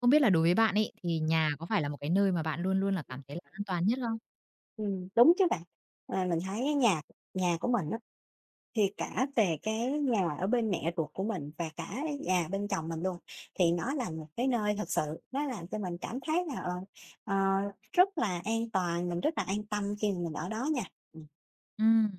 Không biết là đối với bạn ấy, thì nhà có phải là một cái nơi mà bạn luôn luôn là cảm thấy là an toàn nhất không? Đúng chứ bạn. Mà mình thấy á nhà nhà của mình á, thì cả về cái nhà ở bên mẹ ruột của mình và cả nhà bên chồng mình luôn, thì nó là một cái nơi thực sự nó làm cho mình cảm thấy là, ờ, rất là an toàn, mình rất là an tâm khi mà mình ở đó nha. Ừm,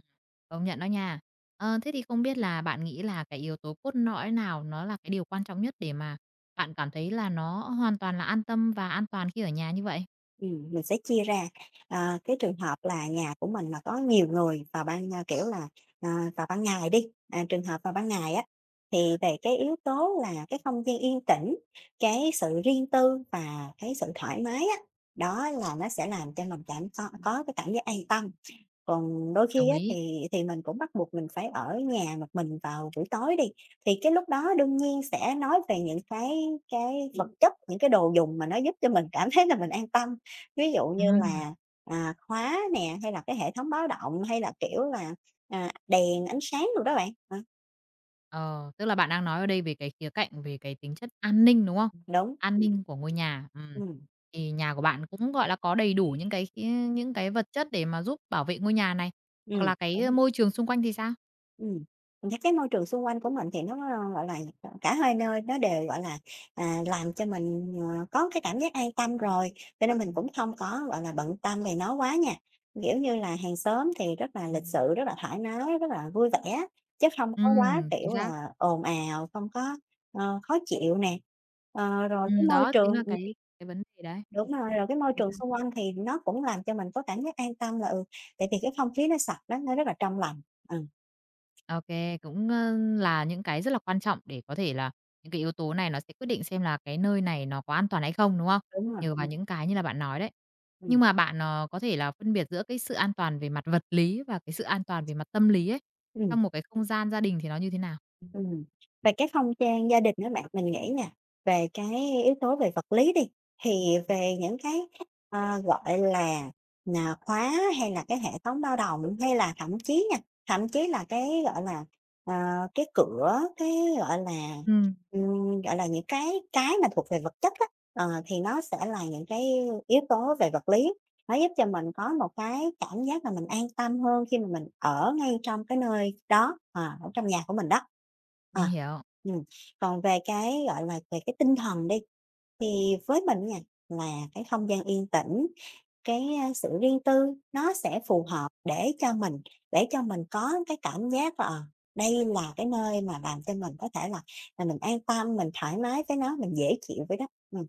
công nhận đó nha. Thế thì không biết là bạn nghĩ là cái yếu tố cốt lõi nào nó là cái điều quan trọng nhất để mà bạn cảm thấy là nó hoàn toàn là an tâm và an toàn khi ở nhà như vậy? Mình sẽ chia ra, cái trường hợp là nhà của mình mà có nhiều người vào ban, kiểu là, ờ, vào ban ngày đi, à, trường hợp vào ban ngày á, thì về cái yếu tố là cái không gian yên tĩnh, cái sự riêng tư và cái sự thoải mái á, đó là nó sẽ làm cho mình cảm có cái cảm giác an tâm. Còn đôi khi Đồng á, ý. thì mình cũng bắt buộc mình phải ở nhà một mình vào buổi tối đi, thì cái lúc đó đương nhiên sẽ nói về những cái vật chất, những cái đồ dùng mà nó giúp cho mình cảm thấy là mình an tâm. Ví dụ như Ừm, là, à, khóa nè, hay là cái hệ thống báo động, hay là, kiểu là, à, đèn, ánh sáng đồ đó bạn. Ờ, ờ, Tức là bạn đang nói ở đây về cái khía cạnh về cái tính chất an ninh, đúng không? đúng, An ninh của ngôi nhà. ừm, Thì nhà của bạn cũng, gọi là, có đầy đủ những cái vật chất để mà giúp bảo vệ ngôi nhà này. ừm, Hoặc là cái đúng. môi trường xung quanh thì sao? Ừm, những cái môi trường xung quanh của mình thì nó, ơ, gọi là, cả hai nơi nó đều, gọi là, à, làm cho mình, có cái cảm giác an tâm rồi, cho nên mình cũng không có, gọi là, bận tâm về nó quá nha. Kiểu như là, hàng xóm thì rất là lịch sự, rất là thoải mái, rất là vui vẻ, chứ không có quá, Chính kiểu xác. là, ồn ào, không có, khó chịu nè. Ờ, rồi cái môi Đó chính trường là cái vấn đề đấy. đúng rồi, rồi cái môi Thì trường sao? xung quanh thì nó cũng làm cho mình có cảm giác an tâm là, ừ, tại vì cái không khí nó sạch đó, nó rất là trong lành. Ừ, Ô kê, là những cái rất là quan trọng để có thể là những cái yếu tố này nó sẽ quyết định xem là cái nơi này nó có an toàn hay không, đúng không? đúng rồi, Nhờ vào những cái như là bạn nói đấy. ừm. Nhưng mà bạn có thể là phân biệt giữa cái sự an toàn về mặt vật lý và cái sự an toàn về mặt tâm lý ấy, Ừm, trong một cái không gian gia đình thì nó như thế nào? ừm. Về cái không gian gia đình á bạn, mình nghĩ nè, về cái yếu tố về vật lý đi, thì về những cái, ờ, gọi là, à, khóa hay là cái hệ thống bao đồng, hay là thậm chí nha, thậm chí là cái, gọi là, ờ, cái cửa, cái, gọi là, Ừm, gọi là, những cái mà thuộc về vật chất á, thì nó sẽ là những cái yếu tố về vật lý. Nó giúp cho mình có một cái cảm giác là mình an tâm hơn khi mà mình ở ngay trong cái nơi đó, à, ở trong nhà của mình đó. Ờ, mình hiểu. ừm, còn về cái, gọi là, về cái tinh thần đi, thì với mình nha, là cái không gian yên tĩnh, cái, a, sự riêng tư nó sẽ phù hợp để cho mình có cái cảm giác là, ờ, đây là cái nơi mà làm cho mình có thể là mình an tâm, mình thoải mái với nó, mình dễ chịu với đó.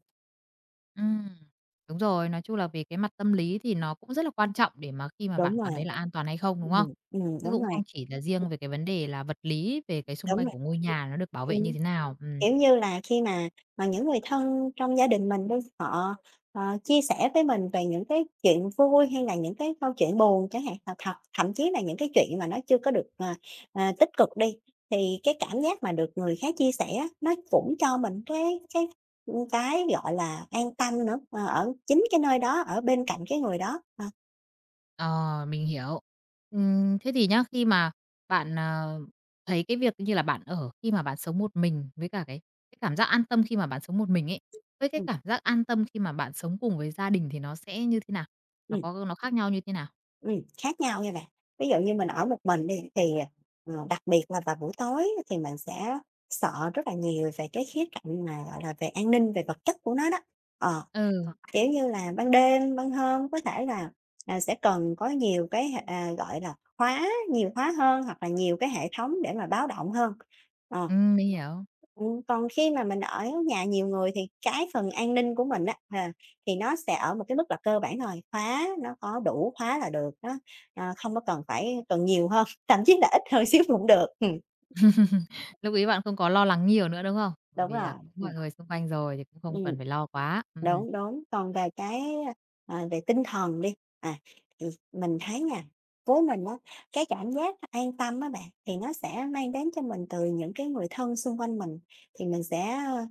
Ừm, đúng rồi, nói chung là về cái mặt tâm lý thì nó cũng rất là quan trọng để mà khi mà Đúng bạn rồi. cảm thấy là an toàn hay không, đúng không? Chứ Đúng cũng rồi, không chỉ là riêng về cái vấn đề là vật lý về cái xung đúng quanh rồi. của ngôi nhà nó được bảo vệ như Ừm, thế nào. Kiểu như là, khi mà những người thân trong gia đình mình đi, họ, ờ, chia sẻ với mình về những cái chuyện vui hay là những cái câu chuyện buồn chẳng hạn, hoặc thậm thậm chí là những cái chuyện mà nó chưa có được, tích cực đi, thì cái cảm giác mà được người khác chia sẻ á, nó cũng cho mình ưm, cái, gọi là, an tâm nữa, ờ, ở chính cái nơi đó, ở bên cạnh cái người đó. Ờ, Ờ, mình hiểu. Ừm, thế thì nhá, khi mà bạn thấy cái việc như là bạn ở khi mà bạn sống một mình với cả cái cảm giác an tâm khi mà bạn sống một mình ấy, với cái ừm, cảm giác an tâm khi mà bạn sống cùng với gia đình thì nó sẽ như thế nào? Nó ừm. có nó khác nhau như thế nào? Khác nhau nha bạn. Ví dụ như mình ở một mình đi thì, ờ, đặc biệt là vào buổi tối thì mình sẽ sợ rất là nhiều về cái khía cạnh mà, gọi là, về an ninh, về vật chất của nó đó. Ờ, Ừ, ờ. kiểu như là, ban đêm, ban hôm có thể là, à, sẽ cần có nhiều cái hệ à, gọi là, khóa, nhiều khóa hơn hoặc là nhiều cái hệ thống để mà báo động hơn. Ờ. Mình hiểu. Còn khi mà mình ở nhà nhiều người thì cái phần an ninh của mình á, ờ, thì nó sẽ ở một cái mức là cơ bản rồi, khóa nó có đủ khóa là được, nó, ờ, không có cần phải cần nhiều hơn, thậm chí là ít hơn xíu cũng được. Lúc ấy bạn không có lo lắng nhiều nữa, đúng không? Bởi Đúng vì là rồi, có ừm, mọi người xung quanh rồi thì cũng không ừm, cần phải lo quá. Đúng, đúng. Còn về cái, ờ, về tinh thần đi, à, thì mình thấy nha, với mình á, cái cảm giác an tâm á bạn, thì nó sẽ mang đến cho mình từ những cái người thân xung quanh mình, thì mình sẽ ờ,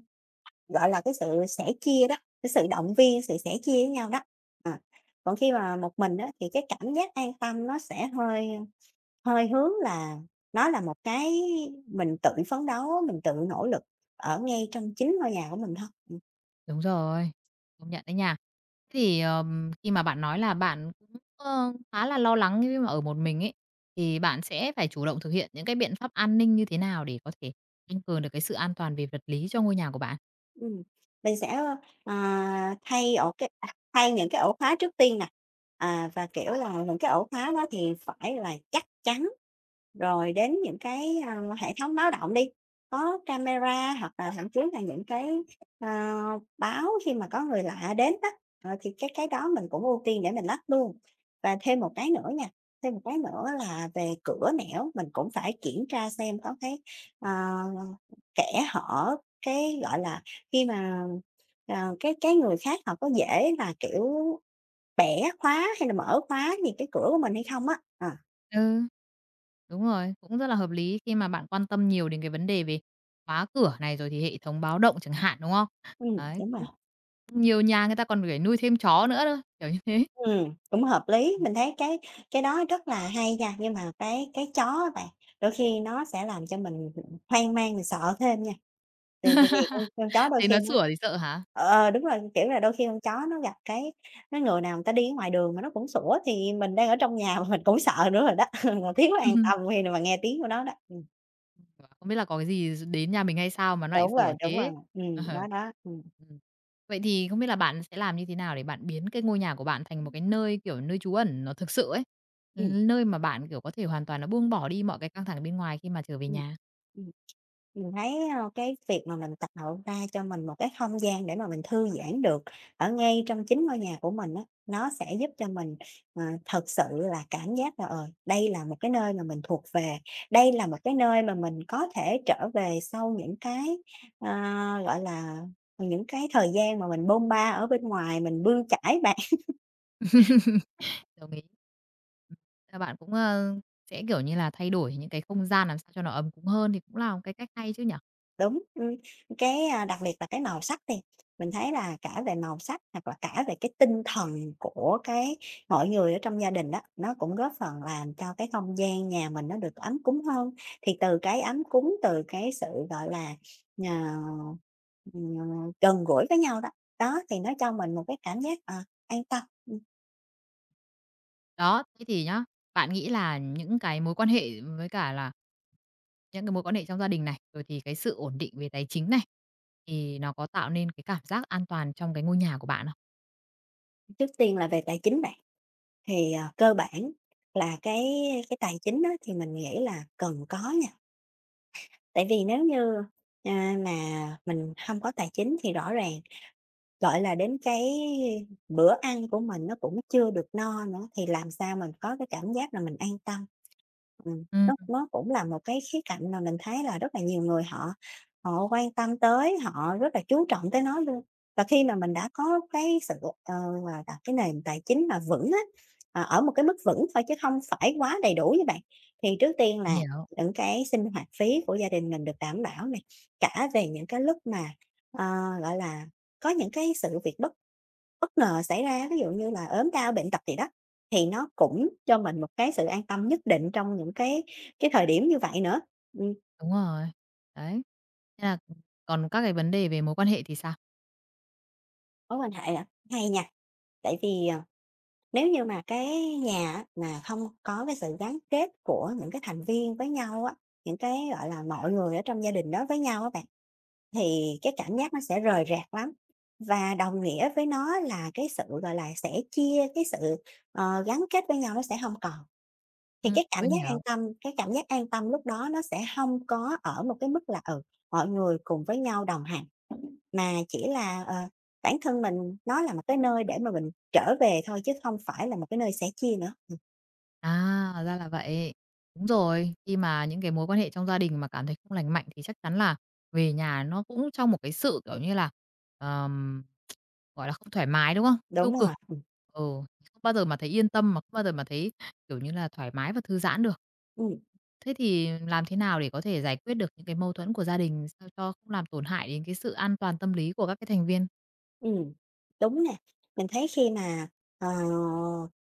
gọi là, cái sự sẻ chia đó, cái sự động viên, sự sẻ chia với nhau đó. À, còn khi mà một mình đó thì cái cảm giác an tâm nó sẽ hơi hơi hướng là nó là một cái mình tự phấn đấu, mình tự nỗ lực ở ngay trong chính ngôi nhà của mình thôi. Ừ. Đúng rồi, công nhận đấy nha. Thế thì, khi mà bạn nói là bạn cũng, ơ, khá là lo lắng khi mà ở một mình ấy, thì bạn sẽ phải chủ động thực hiện những cái biện pháp an ninh như thế nào để có thể tăng cường được cái sự an toàn về vật lý cho ngôi nhà của bạn? Ừm, mình sẽ, à, thay ổ cái à, thay những cái ổ khóa trước tiên nè, à, và, kiểu là, những cái ổ khóa đó thì phải là chắc chắn, rồi đến những cái, a, hệ thống báo động đi, có camera hoặc là thậm chí là những cái, ờ, báo khi mà có người lạ đến á, ờ, thì cái đó mình cũng ưu tiên để mình lắp luôn. Và thêm một cái nữa nha, thêm một cái nữa là về cửa nẻo mình cũng phải kiểm tra xem có cái, ờ, kẽ hở, cái, gọi là khi mà, ờ, cái người khác họ có dễ là, kiểu, bẻ khóa hay là mở khóa gì cái cửa của mình hay không á. Ờ. Ừ. Đúng rồi, cũng rất là hợp lý khi mà bạn quan tâm nhiều đến cái vấn đề về khóa cửa này, rồi thì hệ thống báo động chẳng hạn, đúng không? Đấy, đúng rồi. nhiều nhà người ta còn phải nuôi thêm chó nữa đó, kiểu như thế. Cũng hợp lý, mình thấy cái đó rất là hay nha, nhưng mà cái chó á bạn, đôi khi nó sẽ làm cho mình, hoang mang, mình sợ thêm nha, tại tại vì con chó đôi Thấy nó khi nó sủa thì sợ hả? ờ, ờ, đúng rồi, kiểu là, đôi khi con chó nó gặp cái người nào người ta đi ngoài đường mà nó cũng sủa thì mình đang ở trong nhà mà mình cũng sợ nữa rồi đó, mà thiếu an tâm khi mà nghe tiếng của nó đó. Bảo, không biết là có cái gì đến nhà mình hay sao mà nó lại sủa Đúng rồi, thế? Ờ. Đó, đó, Ừm. Vậy thì không biết là bạn sẽ làm như thế nào để bạn biến cái ngôi nhà của bạn thành một cái nơi, kiểu, nơi trú ẩn nó thực sự ấy? Ừm, Nơi mà bạn, kiểu, có thể hoàn toàn nó buông bỏ đi mọi cái căng thẳng bên ngoài khi mà trở về ừm, nhà? ừm, mình thấy, ơ, cái việc mà mình tạo ra cho mình một cái không gian để mà mình thư giãn được ở ngay trong chính ngôi nhà của mình á, nó sẽ giúp cho mình, ờ, thật sự là cảm giác là, ờ, đây là một cái nơi mà mình thuộc về, đây là một cái nơi mà mình có thể trở về sau những cái, ờ, gọi là, những cái thời gian mà mình bôn ba ở bên ngoài, mình bươn chải bạt. Đồng ý. Ừm, bạn cũng sẽ, kiểu như là, thay đổi những cái không gian làm sao cho nó ấm cúng hơn thì cũng là một cái cách hay chứ nhỉ? Đúng, cái, a, đặc biệt là cái màu sắc đi, mình thấy là cả về màu sắc hoặc là cả về cái tinh thần của cái mọi người ở trong gia đình đó, nó cũng góp phần làm cho cái không gian nhà mình nó được ấm cúng hơn. Thì từ cái ấm cúng, từ cái sự, gọi là, ờ, ừm, gần gũi với nhau đó, đó, thì nó cho mình một cái cảm giác, ờ, an tâm. Đó, thế thì nhá, bạn nghĩ là những cái mối quan hệ với cả là những cái mối quan hệ trong gia đình này, rồi thì cái sự ổn định về tài chính này, thì nó có tạo nên cái cảm giác an toàn trong cái ngôi nhà của bạn không? Trước tiên là về tài chính bạn, thì, ờ, cơ bản là cái tài chính á thì mình nghĩ là cần có. Tại vì nếu như, à, mà mình không có tài chính thì rõ ràng gọi là, đến cái bữa ăn của mình nó cũng chưa được no nữa, thì làm sao mình có cái cảm giác là mình an tâm. Ừm, nó cũng là một cái khía cạnh mà mình thấy là rất là nhiều người họ họ quan tâm tới, họ rất là chú trọng tới nó luôn. Và khi mà mình đã có cái sự, ờ, là đặt cái nền tài chính mà vững á, à, ở một cái mức vững thôi chứ không phải quá đầy đủ như bạn, thì trước tiên mình là hiểu, những cái sinh hoạt phí của gia đình mình được đảm bảo này cả về những cái lúc mà, ờ, gọi là, có những cái sự việc bất bất ngờ xảy ra, ví dụ như là ốm đau, bệnh tật gì đó, thì nó cũng cho mình một cái sự an tâm nhất định trong những cái thời điểm như vậy nữa. Ừm, đúng rồi. Đấy, thế là còn các cái vấn đề về mối quan hệ thì sao? mối quan hệ à, hay nha, tại vì, ờ, nếu như mà cái nhà á mà không có cái sự gắn kết của những cái thành viên với nhau á, những cái, gọi là, mọi người ở trong gia đình đó với nhau á bạn, thì cái cảm giác nó sẽ rời rạc lắm. Và đồng nghĩa với nó là cái sự, gọi là, sẽ chia, cái sự, ờ, gắn kết với nhau nó sẽ không còn. Thì Mình hiểu. Cái cảm giác an tâm lúc đó nó sẽ hông có ở một cái mức là, ừ, mọi người cùng với nhau đồng hành, mà chỉ là, ờ, bản thân mình nó là một cái nơi để mà mình trở về thôi chứ không phải là một cái nơi sẻ chia nữa. À, ra là vậy. Đúng rồi, khi mà những cái mối quan hệ trong gia đình mà cảm thấy không lành mạnh thì chắc chắn là về nhà nó cũng trong một cái sự, kiểu như là, ờm, gọi là, không thoải mái, đúng không? Tiêu Đúng cực. rồi, Ừ, không bao giờ mà thấy yên tâm, mà không bao giờ mà thấy, kiểu như là, thoải mái và thư giãn được. ừm, Thế thì làm thế nào để có thể giải quyết được những cái mâu thuẫn của gia đình sao cho không làm tổn hại đến cái sự an toàn tâm lý của các cái thành viên? ừm, đúng nè. Mình thấy khi mà, ờ,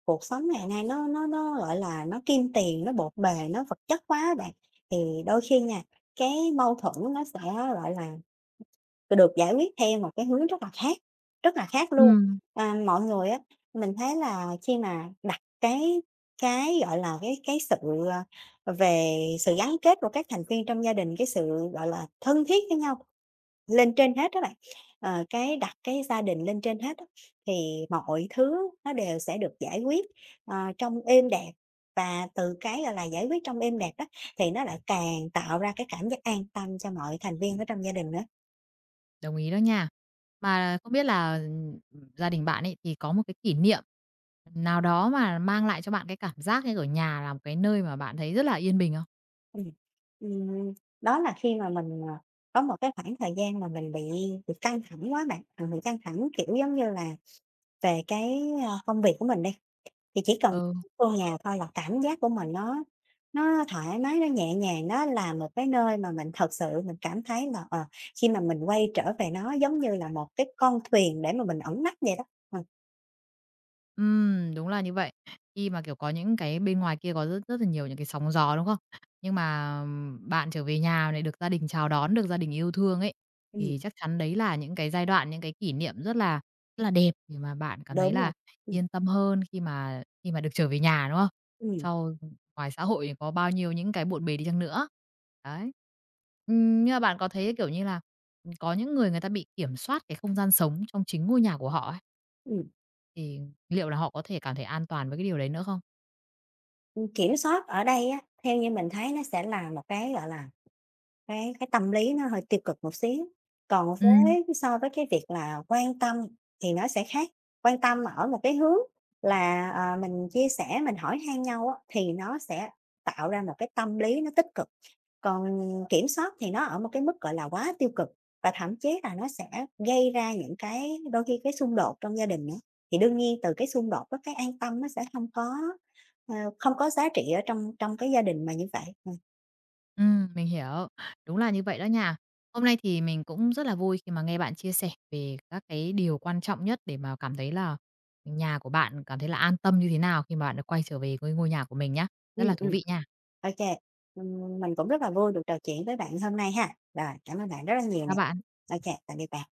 cuộc sống ngày nay nó gọi là, nó kim tiền, nó bộn bề, nó vật chất quá á bạn, thì đôi khi nha, cái mâu thuẫn nó sẽ, gọi là được giải quyết theo một cái hướng rất là khác luôn. Ừm. À, mọi người á, mình thấy là khi mà đặt gọi là, cái sự, ờ, về sự gắn kết của các thành viên trong gia đình, cái sự, gọi là, thân thiết với nhau lên trên hết á bạn, ờ, cái đặt cái gia đình lên trên hết á, thì mọi thứ nó đều sẽ được giải quyết, ờ, trong êm đẹp và từ cái, gọi là, giải quyết trong êm đẹp đó, thì nó lại càng tạo ra cái cảm giác an tâm cho mọi thành viên ở trong gia đình nữa. Đồng ý đó nha. Mà không biết là, gia đình bạn ấy thì có một cái kỷ niệm nào đó mà mang lại cho bạn cái cảm giác như ở nhà là một cái nơi mà bạn thấy rất là yên bình không? Ừm, ừm, đó là khi mà mình, ờ, có một cái khoảng thời gian mà mình bị căng thẳng quá bạn, mình bị căng thẳng, kiểu, giống như là, về cái, ơ, công việc của mình đi, thì chỉ cần Ừ. vô nhà thôi là cảm giác của mình nó thoải mái, nó nhẹ nhàng, nó là một cái nơi mà mình thật sự mình cảm thấy là, ờ, khi mà mình quay trở về nó giống như là một cái con thuyền để mà mình ẩn nấp vậy đó. Ờ, đúng là như vậy. Khi mà, kiểu, có những cái bên ngoài kia có rất rất là nhiều những cái sóng gió, đúng không? Nhưng mà bạn trở về nhà này, được gia đình chào đón, được gia đình yêu thương ấy, thì ừm, chắc chắn đấy là những cái giai đoạn, những cái kỷ niệm rất là đẹp để mà bạn cảm thấy đúng rồi, là ừm, yên tâm hơn khi mà được trở về nhà, đúng không? ừm, Sau ngoài xã hội có bao nhiêu những cái bộn bề đi chăng nữa. Đấy. Nhưng mà bạn có thấy, kiểu như là, có những người người ta bị kiểm soát cái không gian sống trong chính ngôi nhà của họ ừm, thì liệu là họ có thể cảm thấy an toàn với cái điều đấy nữa không? kiểm soát ở đây á, theo như mình thấy nó sẽ là một cái, gọi là cái tâm lý nó hơi tiêu cực một xíu, còn Ừm. với so với cái việc là quan tâm thì nó sẽ khác, quan tâm ở một cái hướng là, ờ, mình chia sẻ, mình hỏi han nhau á, thì nó sẽ tạo ra một cái tâm lý nó tích cực, còn kiểm soát thì nó ở một cái mức, gọi là, quá tiêu cực và thậm chí là nó sẽ gây ra những cái đôi khi cái xung đột trong gia đình nữa. Thì đương nhiên từ cái xung đột đó cái an tâm nó sẽ không có, ờ, không có giá trị ở trong trong cái gia đình mà như vậy. Ừ Mình hiểu, đúng là như vậy đó nha. Hôm nay thì mình cũng rất là vui khi mà nghe bạn chia sẻ về các cái điều quan trọng nhất để mà cảm thấy là nhà của bạn cảm thấy là an tâm như thế nào khi mà bạn đã quay trở về với ngôi nhà của mình nhá. ừ. Rất là thú vị nha. OK, mình cũng rất là vui được trò chuyện với bạn hôm nay ha. Rồi, cảm ơn bạn rất là nhiều Các nè. bạn. OK, tạm biệt bạn.